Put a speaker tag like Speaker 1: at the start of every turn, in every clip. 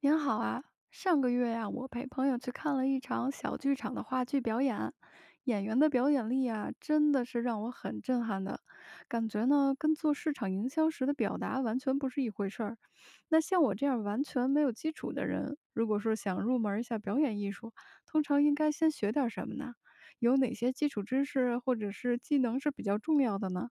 Speaker 1: 您好啊，上个月呀、我陪朋友去看了一场小剧场的话剧表演，演员的表演力啊，真的是让我很震撼的，感觉呢跟做市场营销时的表达完全不是一回事儿。那像我这样完全没有基础的人，如果说想入门一下表演艺术，通常应该先学点什么呢？有哪些基础知识或者是技能是比较重要的呢？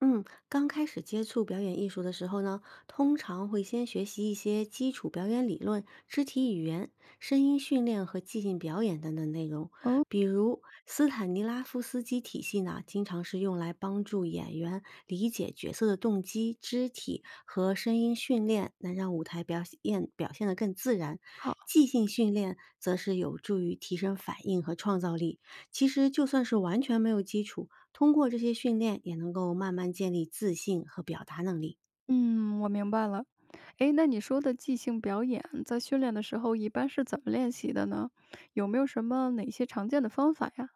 Speaker 2: 嗯，刚开始接触表演艺术的时候呢，通常会先学习一些基础表演理论、肢体语言、声音训练和即兴表演等等内容。
Speaker 1: 哦，
Speaker 2: 比如斯坦尼拉夫斯基体系呢，经常是用来帮助演员理解角色的动机、肢体和声音训练，能让舞台表现得更自然。
Speaker 1: 好。
Speaker 2: 即兴训练则是有助于提升反应和创造力。其实就算是完全没有基础，通过这些训练也能够慢慢建立自信和表达能力。
Speaker 1: 嗯，我明白了。诶，那你说的即兴表演，在训练的时候一般是怎么练习的呢？有没有什么哪些常见的方法呀？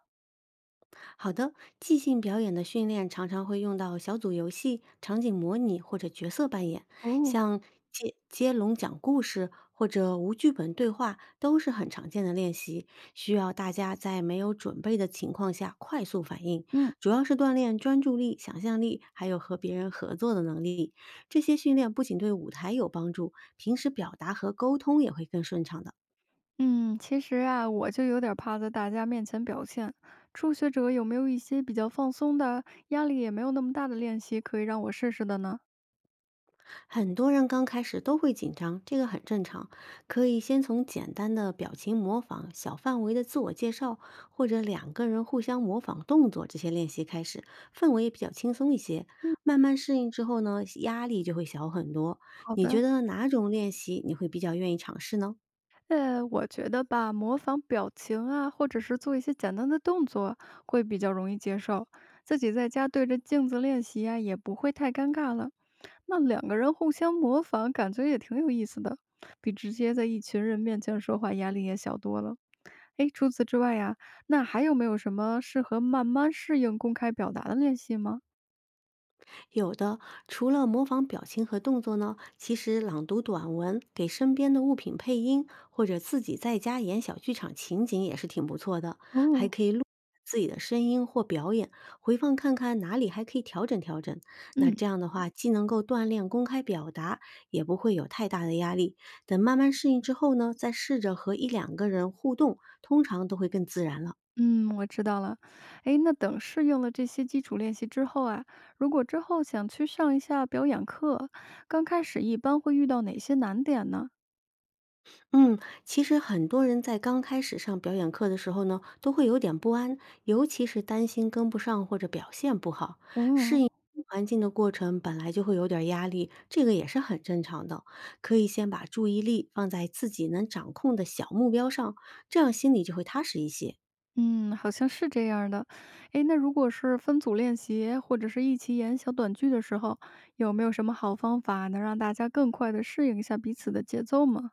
Speaker 2: 好的，即兴表演的训练常常会用到小组游戏、场景模拟或者角色扮演，
Speaker 1: 哦，
Speaker 2: 像接龙讲故事或者无剧本对话都是很常见的练习，需要大家在没有准备的情况下快速反应，
Speaker 1: 嗯，
Speaker 2: 主要是锻炼专注力、想象力，还有和别人合作的能力。这些训练不仅对舞台有帮助，平时表达和沟通也会更顺畅的。
Speaker 1: 嗯，其实啊，我就有点怕在大家面前表现。初学者有没有一些比较放松的、压力也没有那么大的练习可以让我试试的呢？
Speaker 2: 很多人刚开始都会紧张，这个很正常。可以先从简单的表情模仿、小范围的自我介绍，或者两个人互相模仿动作这些练习开始，氛围也比较轻松一些。慢慢适应之后呢，压力就会小很多。
Speaker 1: 好
Speaker 2: 你觉
Speaker 1: 的，
Speaker 2: 得哪种练习你会比较愿意尝试呢？
Speaker 1: 我觉得吧，模仿表情啊，或者是做一些简单的动作，会比较容易接受。自己在家对着镜子练习啊，也不会太尴尬了。那两个人互相模仿，感觉也挺有意思的，比直接在一群人面前说话压力也小多了。诶，除此之外呀，那还有没有什么适合慢慢适应公开表达的练习吗？
Speaker 2: 有的，除了模仿表情和动作呢，其实朗读短文、给身边的物品配音，或者自己在家演小剧场情景也是挺不错的。
Speaker 1: 哦，
Speaker 2: 自己的声音或表演，回放看看哪里还可以调整。那
Speaker 1: 嗯
Speaker 2: 这样的话，既能够锻炼公开表达，也不会有太大的压力。等慢慢适应之后呢，再试着和一两个人互动，通常都会更自然了。
Speaker 1: 嗯，我知道了。诶，那等适应了这些基础练习之后啊，如果之后想去上一下表演课，刚开始一般会遇到哪些难点呢？
Speaker 2: 嗯，其实很多人在刚开始上表演课的时候呢，都会有点不安，尤其是担心跟不上或者表现不好。
Speaker 1: 哦，
Speaker 2: 环境的过程本来就会有点儿压力，这个也是很正常的。可以先把注意力放在自己能掌控的小目标上，这样心里就会踏实一些。
Speaker 1: 嗯，好像是这样儿的。诶，那如果是分组练习或者是一起演小短剧的时候，有没有什么好方法能让大家更快的适应一下彼此的节奏吗？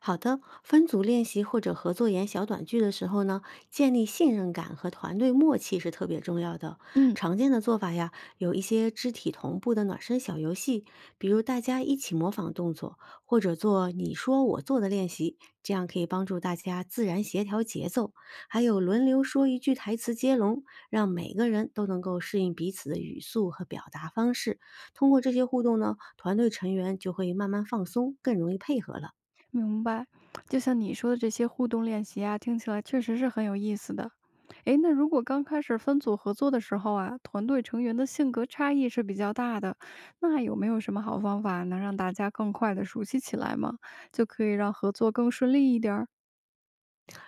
Speaker 2: 好的，分组练习或者合作演小短剧的时候呢，建立信任感和团队默契是特别重要的。
Speaker 1: 嗯，
Speaker 2: 常见的做法呀，有一些肢体同步的暖身小游戏，比如大家一起模仿动作，或者做你说我做的练习，这样可以帮助大家自然协调节奏。还有轮流说一句台词接龙，让每个人都能够适应彼此的语速和表达方式。通过这些互动呢，团队成员就会慢慢放松，更容易配合了。
Speaker 1: 明白，就像你说的这些互动练习啊，听起来确实是很有意思的。诶，那如果刚开始分组合作的时候啊，团队成员的性格差异是比较大的，那有没有什么好方法能让大家更快的熟悉起来吗？就可以让合作更顺利一点儿？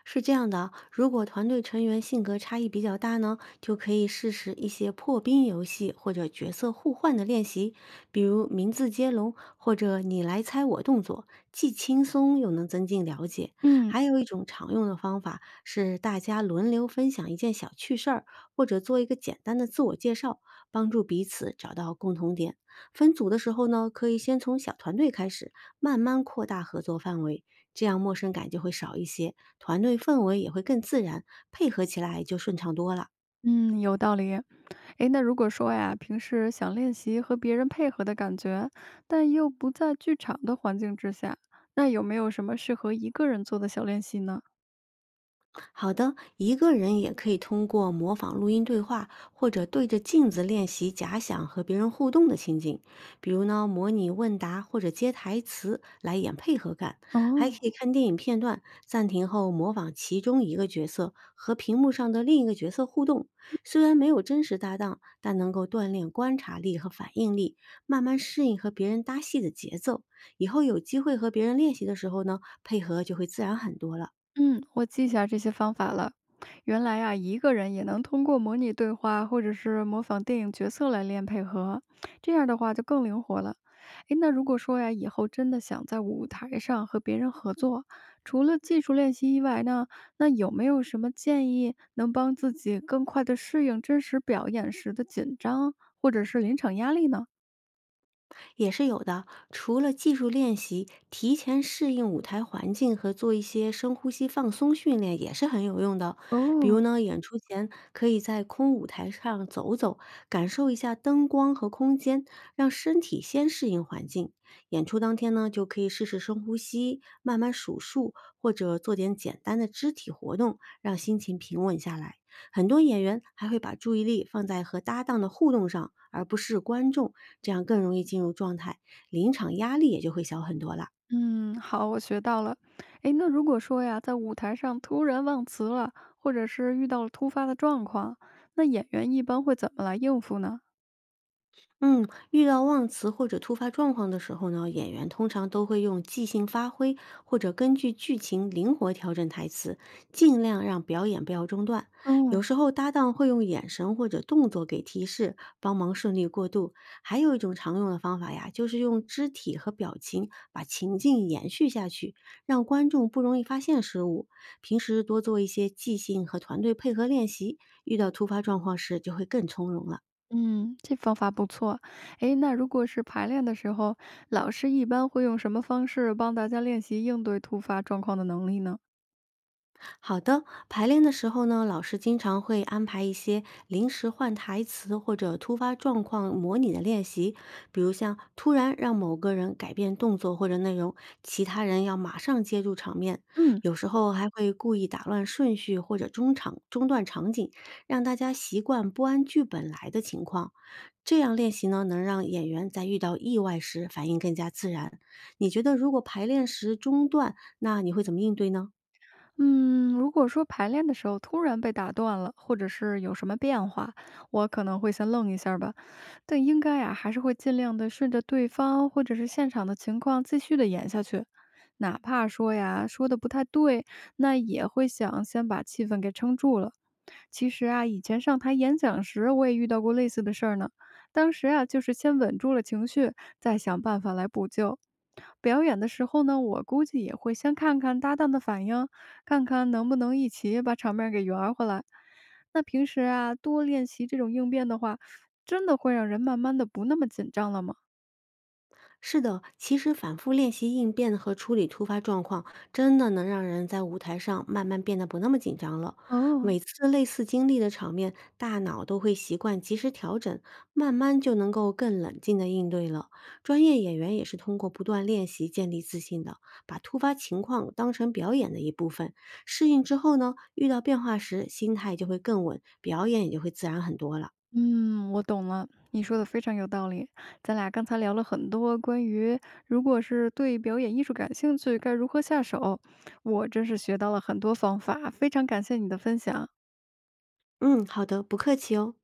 Speaker 2: 是这样的啊，如果团队成员性格差异比较大呢，就可以试试一些破冰游戏或者角色互换的练习，比如名字接龙或者你来猜我动作，既轻松又能增进了解。
Speaker 1: 嗯
Speaker 2: 还有一种常用的方法是大家轮流分享一件小趣事儿，或者做一个简单的自我介绍，帮助彼此找到共同点。分组的时候呢，可以先从小团队开始，慢慢扩大合作范围，这样陌生感就会少一些。团队氛围也会更自然，配合起来就顺畅多了。
Speaker 1: 嗯，有道理。诶，那如果说呀，平时想练习和别人配合的感觉，但又不在剧场的环境之下，那有没有什么适合一个人做的小练习呢？
Speaker 2: 好的，一个人也可以通过模仿录音对话，或者对着镜子练习假想和别人互动的情景，比如呢，模拟问答或者接台词来演配合感。还可
Speaker 1: 哦，
Speaker 2: 以看电影片段，暂停后模仿其中一个角色和屏幕上的另一个角色互动。虽然没有真实搭档，但能够锻炼观察力和反应力，慢慢适应和别人搭戏的节奏。以后有机会和别人练习的时候呢，配合就会自然很多了。
Speaker 1: 嗯，我记下这些方法了。原来啊，一个人也能通过模拟对话或者是模仿电影角色来练配合，这样的话就更灵活了。诶，那如果说呀，以后真的想在舞台上和别人合作，除了技术练习以外呢，那有没有什么建议能帮自己更快的适应真实表演时的紧张或者是临场压力呢？
Speaker 2: 也是有的。除了技术练习，提前适应舞台环境和做一些深呼吸放松训练也是很有用的。比
Speaker 1: 哦，
Speaker 2: 如呢，演出前可以在空舞台上走走，感受一下灯光和空间，让身体先适应环境。演出当天呢，就可以试试深呼吸，慢慢数数，或者做点简单的肢体活动，让心情平稳下来。很多演员还会把注意力放在和搭档的互动上，而不是观众，这样更容易进入状态，临场压力也就会小很多了。
Speaker 1: 嗯，好，我学到了。诶，那如果说呀，在舞台上突然忘词了，或者是遇到了突发的状况，那演员一般会怎么来应付呢？
Speaker 2: 嗯，遇到忘词或者突发状况的时候呢，演员通常都会用即兴发挥，或者根据剧情灵活调整台词，尽量让表演不要中断。有
Speaker 1: 嗯，
Speaker 2: 时候搭档会用眼神或者动作给提示，帮忙顺利过渡。还有一种常用的方法呀，就是用肢体和表情把情境延续下去，让观众不容易发现失误。平时多做一些即兴和团队配合练习，遇到突发状况时就会更从容了。
Speaker 1: 嗯，这方法不错。诶，那如果是排练的时候，老师一般会用什么方式帮大家练习应对突发状况的能力呢？
Speaker 2: 好的，排练的时候呢，老师经常会安排一些临时换台词或者突发状况模拟的练习，比如像突然让某个人改变动作或者内容，其他人要马上接住场面。
Speaker 1: 嗯。
Speaker 2: 有时候还会故意打乱顺序或者中场中断场景，让大家习惯不按剧本来的情况。这样练习呢，能让演员在遇到意外时反应更加自然。你觉得如果排练时中断，那你会怎么应对呢？
Speaker 1: 嗯，如果说排练的时候突然被打断了，或者是有什么变化，我可能会先愣一下儿吧。但应该呀，还是会尽量的顺着对方或者是现场的情况继续的演下去，哪怕说呀说的不太对，那也会想先把气氛给撑住了。其实啊，以前上台演讲时，我也遇到过类似的事儿呢。当时啊，就是先稳住了情绪，再想办法来补救。表演的时候呢，我估计也会先看看搭档的反应，看看能不能一起把场面儿给圆回来。那平时啊，多练习这种应变的话，真的会让人慢慢的不那么紧张了吗？
Speaker 2: 是的，其实反复练习应变和处理突发状况，真的能让人在舞台上慢慢变得不那么紧张了。
Speaker 1: 哦，
Speaker 2: 每次类似经历的场面，大脑都会习惯及时调整，慢慢就能够更冷静的应对了。专业演员也是通过不断练习建立自信的，把突发情况当成表演的一部分。适应之后呢，遇到变化时心态就会更稳，表演也就会自然很多了。
Speaker 1: 嗯，我懂了，你说的非常有道理。咱俩刚才聊了很多关于如果是对表演艺术感兴趣，该如何下手。我真是学到了很多方法，非常感谢你的分享。
Speaker 2: 嗯，好的，不客气哦。